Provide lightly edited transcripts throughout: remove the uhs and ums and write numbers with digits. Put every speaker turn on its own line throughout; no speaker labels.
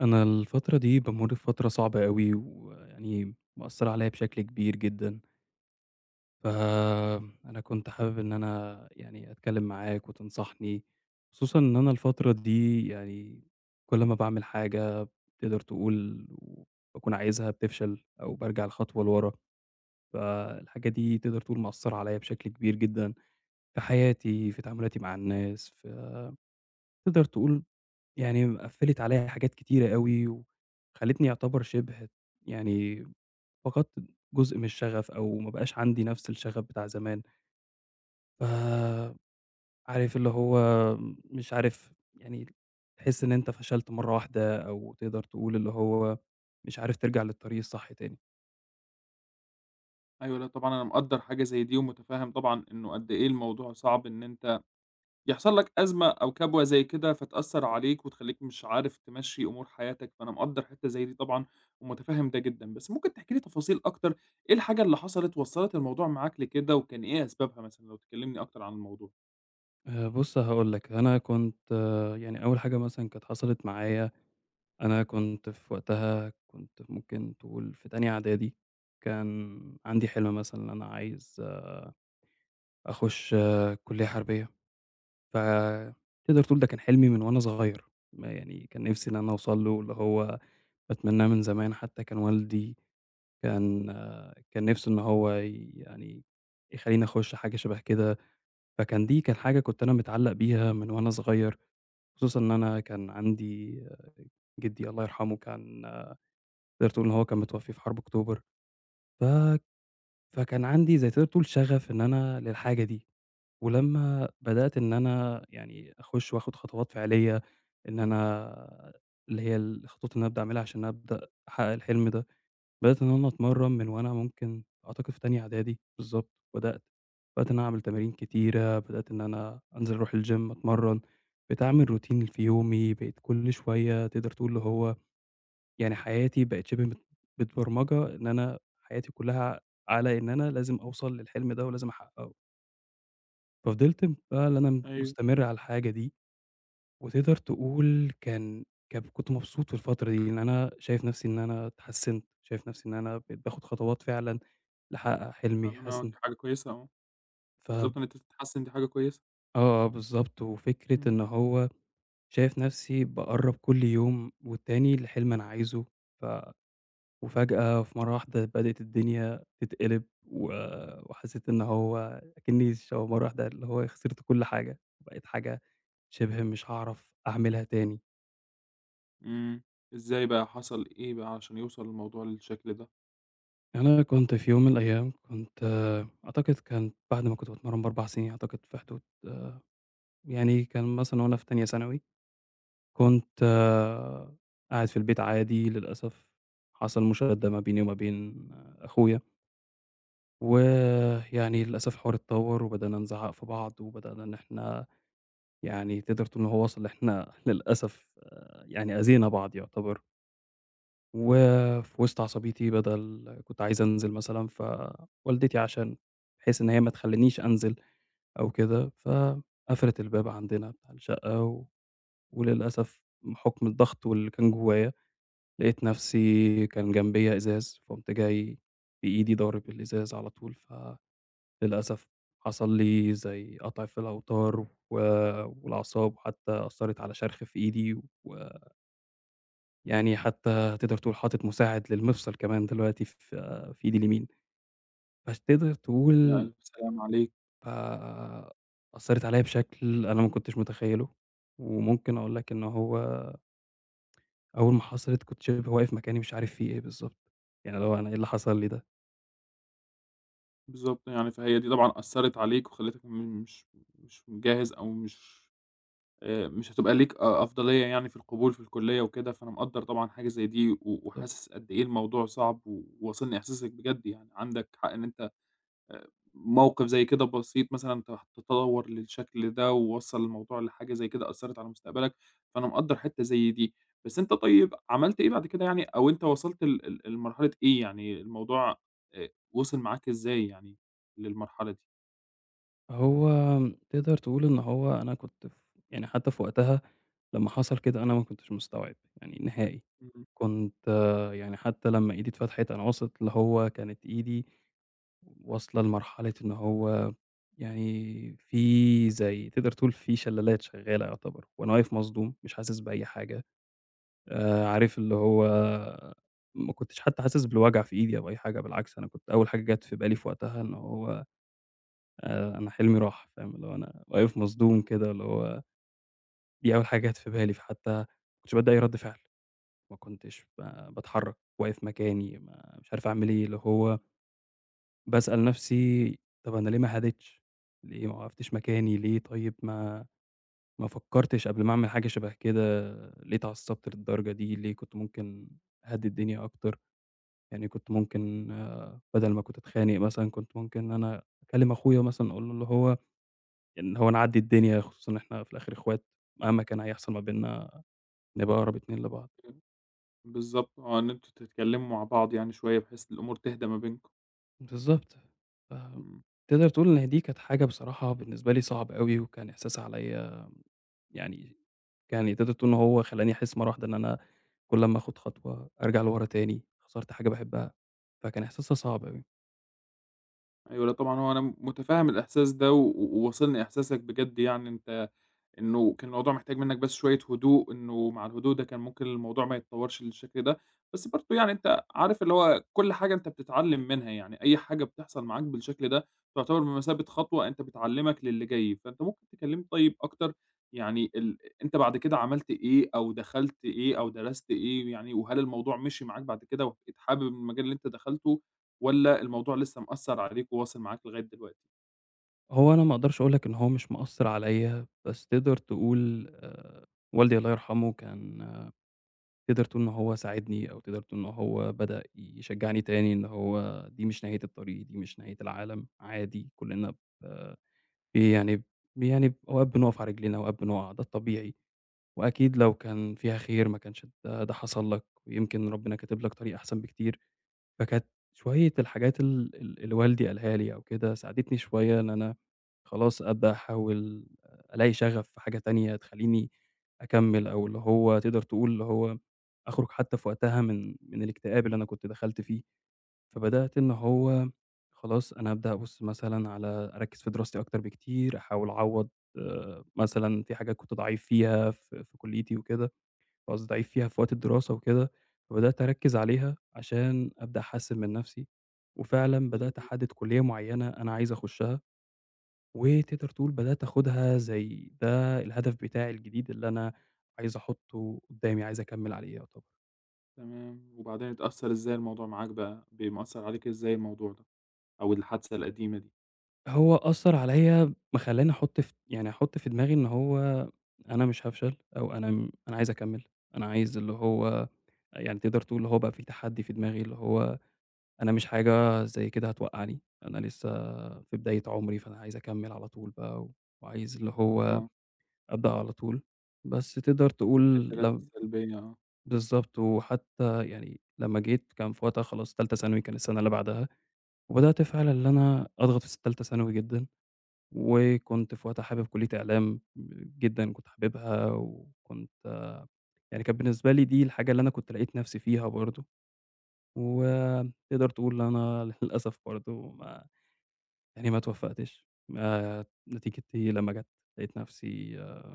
أنا الفترة دي بامُر بفترة صعبة أوي، ويعني مأثّرة عليَّ بشكل كبير جدًا، فأنا كنت حابب إن أنا يعني أتكلّم معاك وتنصحني، خصوصًا إن أنا الفترة دي يعني كل ما باعمل حاجة تقدر تقول باكون عايزها بتفشل أو بارجع لخطوة لورا، فالحاجة دي تقدر تقول مأثّرة عليَّ بشكل كبير جدًا في حياتي، في تعاملاتي مع الناس، فتقدر تقول يعني قفّلِت عليَّ حاجات كتيرة أوي، وخلّتني يعتبر شِبه يعني فقدت جزء من الشغف، أو ما بقاش عندي نفس الشغف بتاع زمان، ف عارف اللي هو مش عارف يعني تحس إن أنت فشلت مرّة واحدة، أو تقدر تقول اللي هو مش عارف ترجع للطريق الصح تاني.
أيوه، لأ طبعًا أنا مقدّر حاجة زي دي، ومتفهّم طبعًا إنه قد إيه الموضوع صعب إن أنت يحصل لك أزمة أو كبوة زي كده، فتأثّر عليك وتخلّيك مش عارف تمشّي أمور حياتك، فأنا مقدّر حتّة زي دي طبعًا، ومتفهّم ده جدًا. بس ممكن تحكي لي تفاصيل أكتر، إيه الحاجة اللي حصلت وصّلت الموضوع معاك لكده، وكان إيه أسبابها مثلًا، لو تكلّمني أكتر عن الموضوع؟
بُص هاقول لك، أنا كنت يعني أول حاجة مثلًا كانت حصلت معايا أنا كنت في وقتها كنت ممكن تقول في تانية إعدادي، كان عندي حلم مثلًا إن أنا عايز أخُش كُلّية حربية، فتقدر تقول ده كان حلمي من وأنا صغير، ما يعني كان نِفْسي إن أنا أوصل له اللي هو باتمناه من زمان، حتى كان والدي كان نِفْسه إن هو يعني يخلّيني أخُش حاجة شبه كده، فكان دي كان حاجة كنت أنا متعلّق بيها من وأنا صغير، خصوصًا إن أنا كان عندي جدي الله يرحمه كان تقدر تقول إن هو كان متوفّي في حرب أكتوبر. ف فكان عندي زي تقدر تقول شغف إن أنا للحاجة دي، ولمّا بدأت إن أنا يعني أخُش وآخُد خطوات فعلية إن أنا اللي هي الخطوات اللي أنا أبدأ أعملها عشان أبدأ أحقق الحلم ده، بدأت إن أنا أتمرّن من وأنا ممكن أعتقد في تانية إعدادي بالضبط بدأت، بدأت إن أنا أعمل تمارين كتيرة، بدأت إن أنا أنزل أروح الgym أتمرّن، بقيت أعمل routine في يومي، بقيت كل شوية تقدر تقول اللي هو يعني حياتي بقت شِبه متبرمجة إن أنا حياتي كلّها على إن أنا لازم أوصل للحلم ده ولازم أحققه، ففضلت بقى اللي أنا
أيوه،
مستمر على الحاجة دي، وتقدر تقول كان كان كنت مبسوط في الفترة دي، لإن أنا شايف نَفْسي إن أنا اتحسّنت، شايف نَفْسي إن أنا بقيت باخد خطوات فعلًا لأحقق حلمي، حاسس
فعلًا
إن
دي حاجة كويسة آه،
ف
بالضبط إن أنت تتحسّن دي حاجة كويسة.
آه، آه، بالضبط، وفكرة
إمم،
إن هو شايف نَفْسي باقرّب كل يوم والتاني لحلم أنا عايزه، ف وفجأة في مرّة واحدة بدأت الدنيا تتقلب و وحسّيت إن هو أكنّي مرّة واحدة اللي هو خسرت كل حاجة، بقيت حاجة شِبه مش هاعرف أعملها تاني.
إمم، إزاي بقى، حصل إيه بقى علشان يوصل الموضوع للشكل ده؟
أنا كنت في يوم من الأيام كنت أعتقد كان بعد ما كنت باتمرّن ب4 سنين أعتقد في حدود يعني كان مثلًا وأنا في تانية ثانوي، كنت قاعد في البيت عادي للأسف حصل مشادة ما بيني وما بين أخويا، ويعني للأسف الحوار اتطوّر وبدأنا نزعّق في بعض وبدأنا إن إحنا يعني تقدر تقول إن هو وصل إحنا للأسف يعني أذينا بعض يعتبر، وفي وسط عصبيتي بدل كنت عايز أنزل مثلًا، فوالدتي عشان بحيث إن هي ما تخلّينيش أنزل أو كده، فقفلت الباب عندنا بتاع الشقة وللأسف بحُكم الضغط واللي كان جوايا، لقيت نفسي كان جنبيّا إزاز، فقُمت جاي بإيدي ضارب الإزاز على طول للأسف حصل لي زي قطع في الأوتار والأعصاب حتى أثّرت على شرخ في إيدي، ويعني حتى تقدر تقول حاطط مساعد للمفصل كمان دلوقتي في إيدي اليمين، فتقدر
على
تقول
ألف سلامة عليك.
آآ أثّرت عليَّ بشكل أنا ما كنتش متخيّله، وممكن أقول لك إن هو أول ما حصلت كنت شبه واقف مكاني مش عارف في إيه بالضبط، يعني اللي هو أنا إيه اللي حصل لي ده؟
بالضبط، يعني فهي دي طبعًا أثّرت عليك وخلّتك م مش مش جاهز أو مش هتبقى ليك أفضلية يعني في القبول في الكلية وكده، فأنا مقدّر طبعًا حاجة زي دي
بالضبط،
وحاسس قد إيه الموضوع صعب وواصلني إحساسك بجد يعني، عندك حق إن أنت آآ موقف زي كده بسيط مثلًا تتطور للشكل ده، ووصّل الموضوع لحاجة زي كده أثّرت على مستقبلك، فأنا مقدّر حتّة زي دي. بس أنت طيب عملت إيه بعد كده يعني أو أنت وصلت ل ل لمرحلة إيه، يعني الموضوع وصل معاك إزاي يعني للمرحلة دي؟
هو تقدر تقول إن هو أنا كنت يعني حتى في وقتها لمّا حصل كده أنا ما كنتش مستوعب، يعني نهائي.
إمم.
كنت يعني حتى لمّا إيدي اتفتحت أنا واثق اللي هو كانت إيدي واصلة لمرحلة إن هو يعني في زي تقدر تقول في شلالات شغّالة يعتبر، وأنا واقف مصدوم مش حاسس بأي حاجة، عارف اللي هو ما كنتش حتى حاسس بالوجع في إيدي أو أي حاجة، بالعكس أنا كنت أول حاجة جات في بالي في وقتها إن هو أنا حلمي راح، فاهم؟ اللي هو أنا واقف مصدوم كده اللي هو دي أول حاجة جات في بالي، فحتى ما كنتش باصدق أي رَد فعل. ما كنتش باتحرّك، واقف مكاني، ما مش عارف أعمل إيه، اللي هو باسأل نفسي طَب أنا ليه ما هاديتش، ليه ما وقفتش مكاني، ليه طيب ما فكّرتش قبل ما أعمل حاجة شبه كده، ليه اتعصّبت للدرجة دي، ليه كنت ممكن أهدّي الدنيا أكتر، يعني كنت ممكن بدل ما كنت أتخانق مثلًا، كنت ممكن إن أنا أكلّم أخويا مثلًا أقول له اللي هو إن هو نعدّي الدنيا، خصوصًا إن إحنا في الآخر إخوات، مهما كان هيحصل ما بيننا نبقى أقرب اتنين لبعض.
إمم. بالضبط آه، إن أنتم تتكلّموا مع بعض يعني شوية بحيث الأمور تهدى ما بينكم.
بالضبط. ف
إمم.
تقدر تقول إن دي كانت حاجة بصراحة بالنسبة لي صعبة أوي، وكان إحساس عليّا يعني يعني تقدر تقول إن هو خلّاني أحس مرّة واحدة إن أنا كل أمّا آخُد خطوة أرجع لورا تاني، خسرت حاجة باحبها، فكان إحساسها صعب أوي.
أيوه، لأ طبعًا هو أنا متفهّم الإحساس ده وواصلني إحساسك بجد يعني أنت إنه كان الموضوع محتاج منّك بس شوية هدوء، إنه مع الهدوء ده كان ممكن الموضوع ما يتطوّرش للشكل ده، بس برضه يعني أنت عارف اللي هو كل حاجة أنت بتتعلّم منها، يعني أي حاجة بتحصل معاك بالشكل ده تعتبر بمثابة خطوة أنت بتعلّمك للي جاي، فأنت ممكن تكلّمني طيب أكتر يعني ال أنت بعد كده عملت إيه أو دخلت إيه أو درست إيه يعني وهل الموضوع مشي معاك بعد كده وبقيت حابب المجال اللي أنت دخلته والّا الموضوع لسه مأثّر عليك وواصل معاك لغاية دلوقتي؟
هو أنا ما أقدرش أقول لك إن هو مش مأثّر عليّا، بس تقدر تقول والدي الله يرحمه كان تقدر تقول إن هو ساعدني أو تقدر تقول إن هو بدأ يشجّعني تاني إن هو دي مش نهاية الطريق، دي مش نهاية العالم، عادي كُلّنا ب في يعني أوقات بنُقف على رجلينا، أوقات بنُقع، ده الطبيعي، وأكيد لو كان فيها خير ما كانش ده حصل لك، ويمكن ربنا كاتب لك طريق أحسن بكتير، فكانت شوية الحاجات ال ال اللي والدي قالها لي أو كده ساعدتني شوية إن أنا خلاص أبدأ أحاول ألاقي شغف في حاجة تانية تخلّيني أكمّل، أو اللي هو تقدر تقول اللي هو أخرج حتى في وقتها من الاكتئاب اللي أنا كنت دخلت فيه. فبدأت إن هو خلاص أنا أبدأ أبُص مثلًا على أركّز في دراستي أكتر بكتير، أحاول أعوّض مثلًا في حاجات كنت ضعيف فيها في كُلّيتي وكده، قصدي ضعيف فيها في وقت الدراسة وكده، فبدأت أركّز عليها عشان أبدأ أحسّن من نَفْسي، وفعلًا بدأت
بالضبط.
أحدد كُلّية معيّنة أنا عايز أخُشّها، وتقدر تقول بدأت آخُدها زي ده الهدف بتاعي الجديد اللي أنا عايز أحُطّه قُدّامي، عايز أكمّل عليه يعتبر.
تمام، وبعدين اتأثّر إزاي الموضوع معاك بقى، مأثّر عليك إزاي الموضوع ده أو الحادثة القديمة دي؟
هو أثّر عليَّ خلّاني أحُط يعني أحُط في دماغي إن هو أنا مش هافشل أو أنا أنا عايز أكمّل، أنا عايز اللي هو يعني تقدر تقول اللي هو بقى في تحدّي في دماغي، اللي هو أنا مش حاجة زي كده هتوقّعني، أنا لسه في بداية عُمري، فأنا عايز أكمّل على طول بقى وعايز اللي هو
آه،
أبدأ على طول، بس تقدر
طب
تقول
والتأثيرات
لم
السلبية آه،
بالضبط، وحتّى يعني لمّا جيت كان في وقتها خلاص تالتة ثانوي، كان السَنة اللي بعدها، وبدأت فعلًا اللي أنا أضغط في تالتة ثانوي جدًا. وكنت في وقتها حابب كلية إعلام جدًا، كنت حاببها وكنت يعني كانت بالنسبة لي دي الحاجة اللي أنا كنت لقيت نفسي فيها برضه، وتقدر تقول إن أنا للأسف برضه ما يعني ما اتوفّقتش، ما نتيجتي لمّا جات لقيت نفسي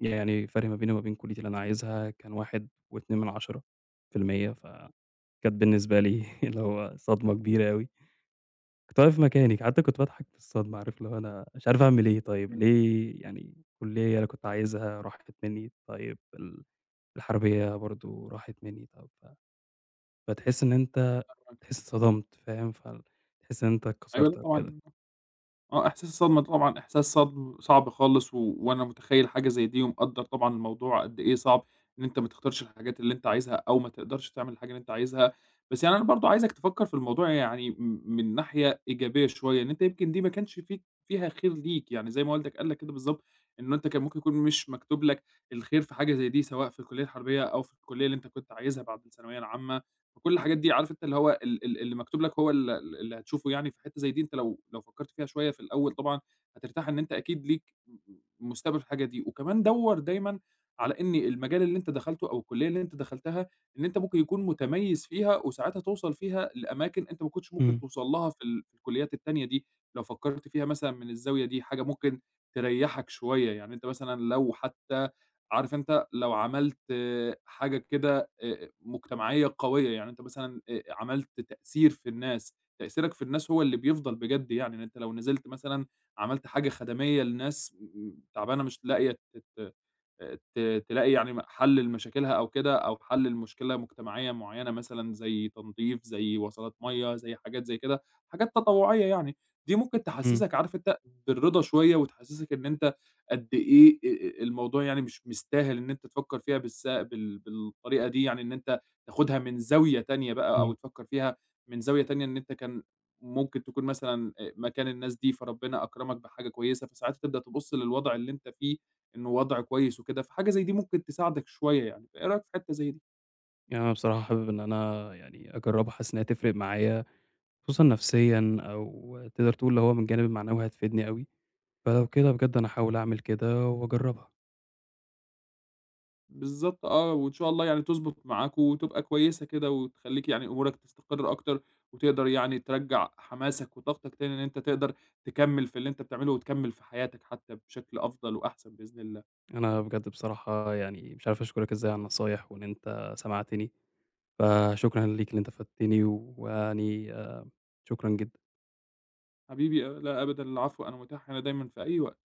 يعني الفرق ما بيني وما بين كليتي اللي أنا عايزها كان 1.2% فكانت بالنسبة لي اللي هو صدمة كبيرة أوي. كنت واقف مكاني، حتى كنت باضحك من الصدمة، عارف اللي هو أنا مش عارف أعمل إيه طيب،
إمم،
ليه يعني كلية أنا كنت عايزها راحت منّي، طيب الحربية برضه راحت منّي، طب فتحس إن أنت
معاك،
تحس اتصدمت فاهم، فتحس إن أنت
أيوه، لأ
اتكسرت أو كده.
طبعًا آه، إحساس الصدمة ده طبعًا إحساس صدم صعب خالص، وأنا متخيّل حاجة زي دي ومقدّر طبعًا الموضوع قد إيه صعب، إن أنت ما تختارش الحاجات اللي أنت عايزها أو ما تقدرش تعمل الحاجة اللي أنت عايزها، بس يعني أنا برضه عايزك تفكّر في الموضوع يعني من ناحية إيجابية شوية، إن أنت يمكن دي ما كانش فيك فيها خير ليك، يعني زي ما والدك قال لك كده بالضبط، إنه أنت كان ممكن يكون مش مكتوب لك الخير في حاجة زي دي، سواء في الكلية الحربية أو في الكلية اللي أنت كنت عايزها بعد الثانوية العامة. فكل الحاجات دي عارف أنت اللي هو ال ال اللي مكتوب لك هو ال ال اللي هتشوفه يعني في حتّة زي دي أنت لو فكّرت فيها شوية في الأول طبعًا هترتاح إن أنت أكيد ليك مستقبل في الحاجة دي، وكمان دَوّر دايمًا على إن المجال اللي أنت دخلته أو الكلية اللي أنت دخلتها إن أنت ممكن يكون متميّز فيها وساعتها توصل فيها لأماكن أنت ما كنتش ممكن
إمم،
توصل لها في الكليات التانية دي، لو فكّرت فيها مثلًا من الزاوية دي حاجة ممكن تريّحك شوية، يعني أنت مثلًا لو حتّى عارف أنت لو عملت آه، حاجة كده مجتمعية قوية، يعني أنت مثلًا عملت تأثير في الناس، تأثيرك في الناس هو اللي بيفضل بجد يعني، إن أنت لو نزلت مثلًا عملت حاجة خدمية لناس تعبانة مش لاقية تت ت تلاقي يعني حل لمشاكلها أو كده، أو حل لمشكلة مجتمعية معيّنة مثلًا زي تنضيف، زي وصلات مَيّة، زي حاجات زي كده، حاجات تطوعية يعني. دي ممكن
إمم،
تحسّسك عارف أنت بالرضا شوية، وتحسّسك إن أنت قد إيه الموضوع يعني مش مستاهل إن أنت تفكّر فيها بالس بال بالطريقة دي، يعني إن أنت تاخدها من زاوية تانية بقى أو
إمم.
تفكّر فيها من زاوية تانية إن أنت كان ممكن تكون مثلًا مكان الناس دي، فربنا أكرمك بحاجة كويسة، فساعتها تبدأ تبُص للوضع اللي أنت فيه إنه وضع كويس وكده، فحاجة زي دي ممكن تساعدك شوية يعني، فإيه رأيك في حتّة زي دي؟
يعني أنا بصراحة حابب إن أنا يعني أجرّبها، حاسس إن هي تفرق معايا خصوصًا نفسيًا أو تقدر تقول اللي هو من الجانب المعنوي هتفيدني أوي، فلو كده بجد أنا هاحاول أعمل كده وأجرّبها.
بالضبط آه، وإن شاء الله يعني تضبط معاك وتبقى كويسة كده وتخلّيك يعني أمورك تستقر أكتر، وتقدر يعني ترجّع حماسك وطاقتك تاني إن أنت تقدر تكمّل في اللي أنت بتعمله وتكمّل في حياتك حتّى بشكل أفضل وأحسن بإذن الله.
أنا بجد بصراحة يعني مش عارف أشكرك إزاي على النصايح وإن أنت سمعتني، فشكرًا ليك إن أنت فدتني ويعني شكرًا جدًا.
حبيبي، لا أبدًا، العفو، أنا متاح هنا دايمًا في أي وقت.